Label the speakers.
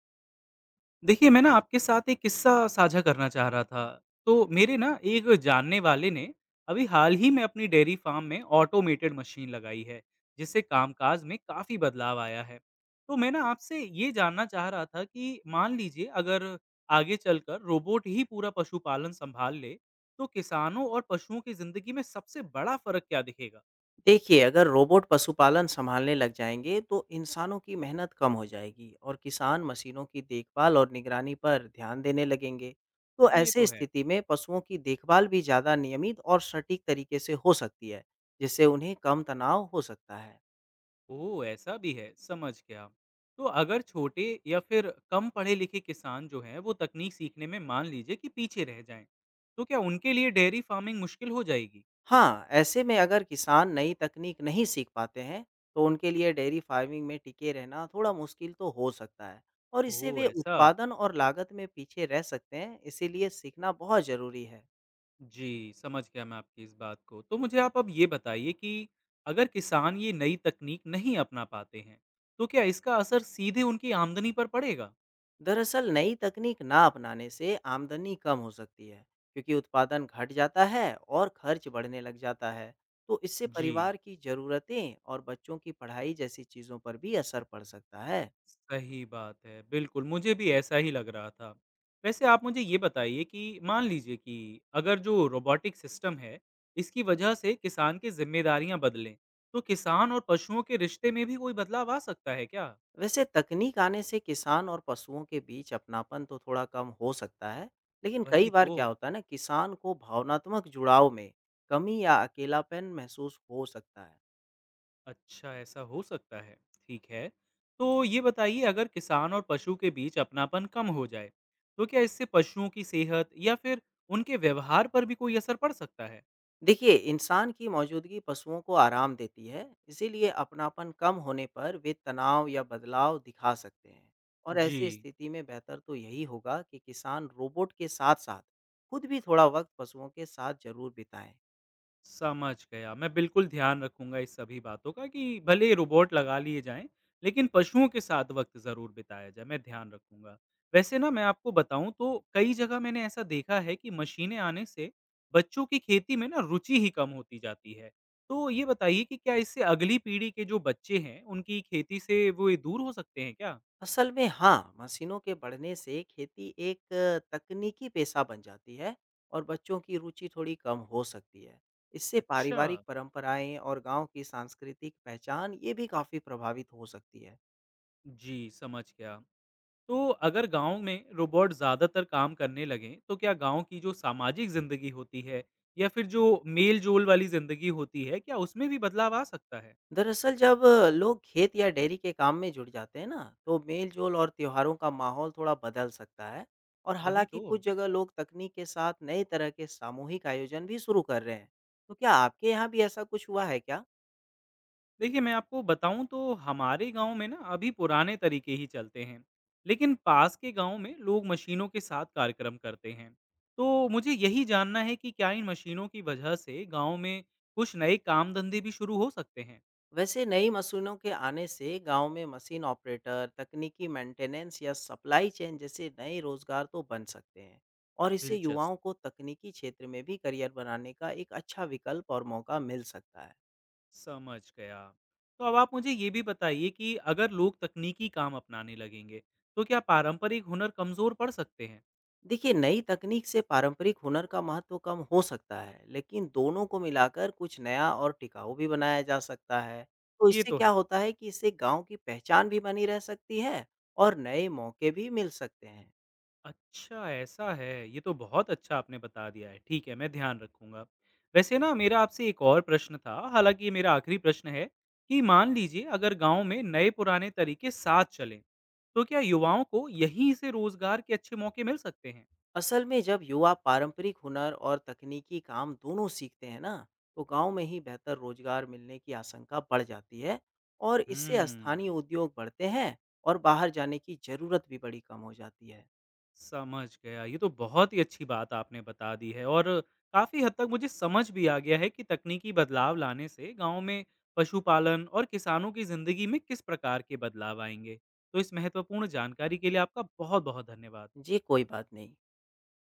Speaker 1: देखिए, मैं ना आपके साथ एक किस्सा साझा करना चाह रहा था। तो मेरे ना एक जानने वाले ने अभी हाल ही में अपनी डेयरी फ़ार्म में ऑटोमेटेड मशीन लगाई है, जिससे कामकाज में काफ़ी बदलाव आया है। तो मैं ना आपसे ये जानना चाह रहा था कि मान लीजिए अगर आगे चलकर रोबोट ही पूरा पशुपालन सँभाल ले, तो किसानों और पशुओं की ज़िंदगी में सबसे बड़ा फ़र्क क्या दिखेगा?
Speaker 2: देखिए, अगर रोबोट पशुपालन संभालने लग जाएँगे, तो इंसानों की मेहनत कम हो जाएगी और किसान मशीनों की देखभाल और निगरानी पर ध्यान देने लगेंगे। तो
Speaker 1: ये तो
Speaker 2: ऐसे
Speaker 1: है।
Speaker 2: स्थिति में पशुओं की देखभाल भी ज़्यादा नियमित और सटीक तरीके से हो सकती है, जिससे उन्हें कम तनाव हो सकता है।
Speaker 1: ओह! ऐसा भी है, समझ गया। तो अगर छोटे या फिर कम पढ़े-लिखे किसान जो हैं, वो तकनीक सीखने में मान लीजिए कि पीछे रह जाएँ, तो क्या उनके लिए डेयरी फार्मिंग मुश्किल हो जाएगी?
Speaker 2: हाँ, ऐसे में अगर किसान नई तकनीक नहीं सीख पाते हैं, तो उनके लिए डेयरी फार्मिंग में टिके रहना थोड़ा मुश्किल तो हो सकता है और इससे
Speaker 1: ओह!
Speaker 2: वे
Speaker 1: ऐसा।
Speaker 2: उत्पादन और लागत में पीछे रह सकते हैं, इसीलिए सीखना बहुत ज़रूरी है।
Speaker 1: जी, समझ गया मैं आपकी इस बात को। तो मुझे आप अब ये बताइए कि अगर किसान ये नई तकनीक नहीं अपना पाते हैं, तो क्या इसका असर सीधे उनकी आमदनी पर पड़ेगा?
Speaker 2: दरअसल नई तकनीक ना अपनाने से आमदनी कम हो सकती है, क्योंकि उत्पादन घट जाता है और खर्च बढ़ने लग जाता है। तो इससे
Speaker 1: जी।
Speaker 2: परिवार की ज़रूरतें और बच्चों की पढ़ाई जैसी चीज़ों पर भी असर पड़ सकता है।
Speaker 1: सही बात है, बिल्कुल, मुझे भी ऐसा ही लग रहा था। वैसे आप मुझे ये बताइए कि मान लीजिए कि अगर जो रोबोटिक सिस्टम है, इसकी वजह से किसान की ज़िम्मेदारियाँ बदलें, तो किसान और पशुओं के रिश्ते में भी कोई बदलाव आ सकता है क्या?
Speaker 2: वैसे तकनीक आने से किसान और पशुओं के बीच अपनापन तो थोड़ा कम हो सकता है, लेकिन कई
Speaker 1: वही
Speaker 2: बार क्या
Speaker 1: तो,
Speaker 2: होता है ना, किसान को भावनात्मक जुड़ाव में कमी या अकेलापन महसूस हो सकता है।
Speaker 1: अच्छा ऐसा हो सकता है, ठीक है। तो ये बताइए अगर किसान और पशु के बीच अपनापन कम हो जाए, तो क्या इससे पशुओं की सेहत या फिर उनके व्यवहार पर भी कोई असर पड़ सकता है?
Speaker 2: देखिए, इंसान की मौजूदगी पशुओं को आराम देती है, इसीलिए अपनापन कम होने पर वे तनाव या बदलाव दिखा सकते हैं। और
Speaker 1: जी।
Speaker 2: ऐसी स्थिति में बेहतर तो यही होगा कि किसान रोबोट के साथ साथ खुद भी थोड़ा वक्त पशुओं के साथ जरूर बिताएं।
Speaker 1: समझ गया। मैं बिल्कुल ध्यान रखूँगा इस सभी बातों का कि भले ही रोबोट लगा लिए जाएँ, लेकिन पशुओं के साथ वक़्त ज़रूर बिताया जाए, मैं ध्यान रखूँगा। वैसे ना मैं आपको बताऊँ तो कई जगह मैंने ऐसा देखा है कि मशीनें आने से बच्चों की खेती में ना रुचि ही कम होती जाती है। तो ये बताइए कि क्या इससे अगली पीढ़ी के जो बच्चे हैं, उनकी खेती से वो ये दूर हो सकते हैं क्या?
Speaker 2: असल में हाँ, मशीनों के बढ़ने से खेती एक तकनीकी पेशा बन जाती है और बच्चों की रुचि थोड़ी कम हो सकती है। इससे
Speaker 1: अच्छा।
Speaker 2: पारिवारिक परंपराएं और गांव की सांस्कृतिक पहचान ये भी काफ़ी प्रभावित हो सकती है।
Speaker 1: जी, समझ गया। तो अगर गांव में रोबोट ज्यादातर काम करने लगे, तो क्या गांव की जो सामाजिक जिंदगी होती है या फिर जो मेल जोल वाली जिंदगी होती है, क्या उसमें भी बदलाव आ सकता है?
Speaker 2: दरअसल जब लोग खेत या डेयरी के काम में जुड़ जाते हैं ना, तो मेलजोल और त्योहारों का माहौल थोड़ा बदल सकता है। और
Speaker 1: वही
Speaker 2: हालांकि
Speaker 1: तो।
Speaker 2: कुछ जगह लोग तकनीक के साथ नए तरह के सामूहिक आयोजन भी शुरू कर रहे हैं, तो क्या आपके यहाँ भी ऐसा कुछ हुआ है क्या?
Speaker 1: देखिए, मैं आपको बताऊं तो हमारे गांव में ना अभी पुराने तरीके ही चलते हैं, लेकिन पास के गांव में लोग मशीनों के साथ कार्यक्रम करते हैं। तो मुझे यही जानना है कि क्या इन मशीनों की वजह से गांव में कुछ नए काम धंधे भी शुरू हो सकते हैं?
Speaker 2: वैसे नई मशीनों के आने से गांव में मशीन ऑपरेटर, तकनीकी मेंटेनेंस या सप्लाई चेन जैसे नए रोजगार तो बन सकते हैं और इससे
Speaker 1: दिलचस्प।
Speaker 2: युवाओं को तकनीकी क्षेत्र में भी करियर बनाने का एक अच्छा विकल्प और मौका मिल सकता है।
Speaker 1: समझ गया। तो अब आप मुझे ये भी बताइए कि अगर लोग तकनीकी काम अपनाने लगेंगे, तो क्या पारंपरिक हुनर कमज़ोर पड़ सकते हैं?
Speaker 2: देखिए, नई तकनीक से पारंपरिक हुनर का महत्व कम हो सकता है, लेकिन दोनों को मिलाकर कुछ नया और टिकाऊ भी बनाया जा सकता है। तो
Speaker 1: ये
Speaker 2: इससे
Speaker 1: तो
Speaker 2: क्या
Speaker 1: है।
Speaker 2: होता है कि इससे गांव की पहचान भी बनी रह सकती है और नए मौके भी मिल सकते हैं।
Speaker 1: अच्छा, ऐसा है। ये तो बहुत अच्छा आपने बता दिया है। ठीक है, मैं ध्यान रखूँगा। वैसे ना मेरा आपसे एक और प्रश्न था, हालाँकि ये मेरा आखिरी प्रश्न है कि मान लीजिए अगर गाँव में नए-पुराने तरीके साथ चलें, तो क्या युवाओं को यहीं से रोज़गार के अच्छे मौके मिल सकते हैं?
Speaker 2: असल में जब युवा पारंपरिक हुनर और तकनीकी काम दोनों सीखते हैं ना, तो गांव में ही बेहतर रोजगार मिलने की आशंका बढ़ जाती है और इससे
Speaker 1: हुँ।
Speaker 2: स्थानीय उद्योग बढ़ते हैं और बाहर जाने की जरूरत भी बड़ी कम हो जाती है।
Speaker 1: समझ गया। ये तो बहुत ही अच्छी बात आपने बता दी है और काफ़ी हद तक मुझे समझ भी आ गया है कि तकनीकी बदलाव लाने से गाँव में पशुपालन और किसानों की ज़िंदगी में किस प्रकार के बदलाव आएँगे। तो इस महत्वपूर्ण जानकारी के लिए आपका बहुत-बहुत धन्यवाद।
Speaker 2: जी, कोई बात नहीं।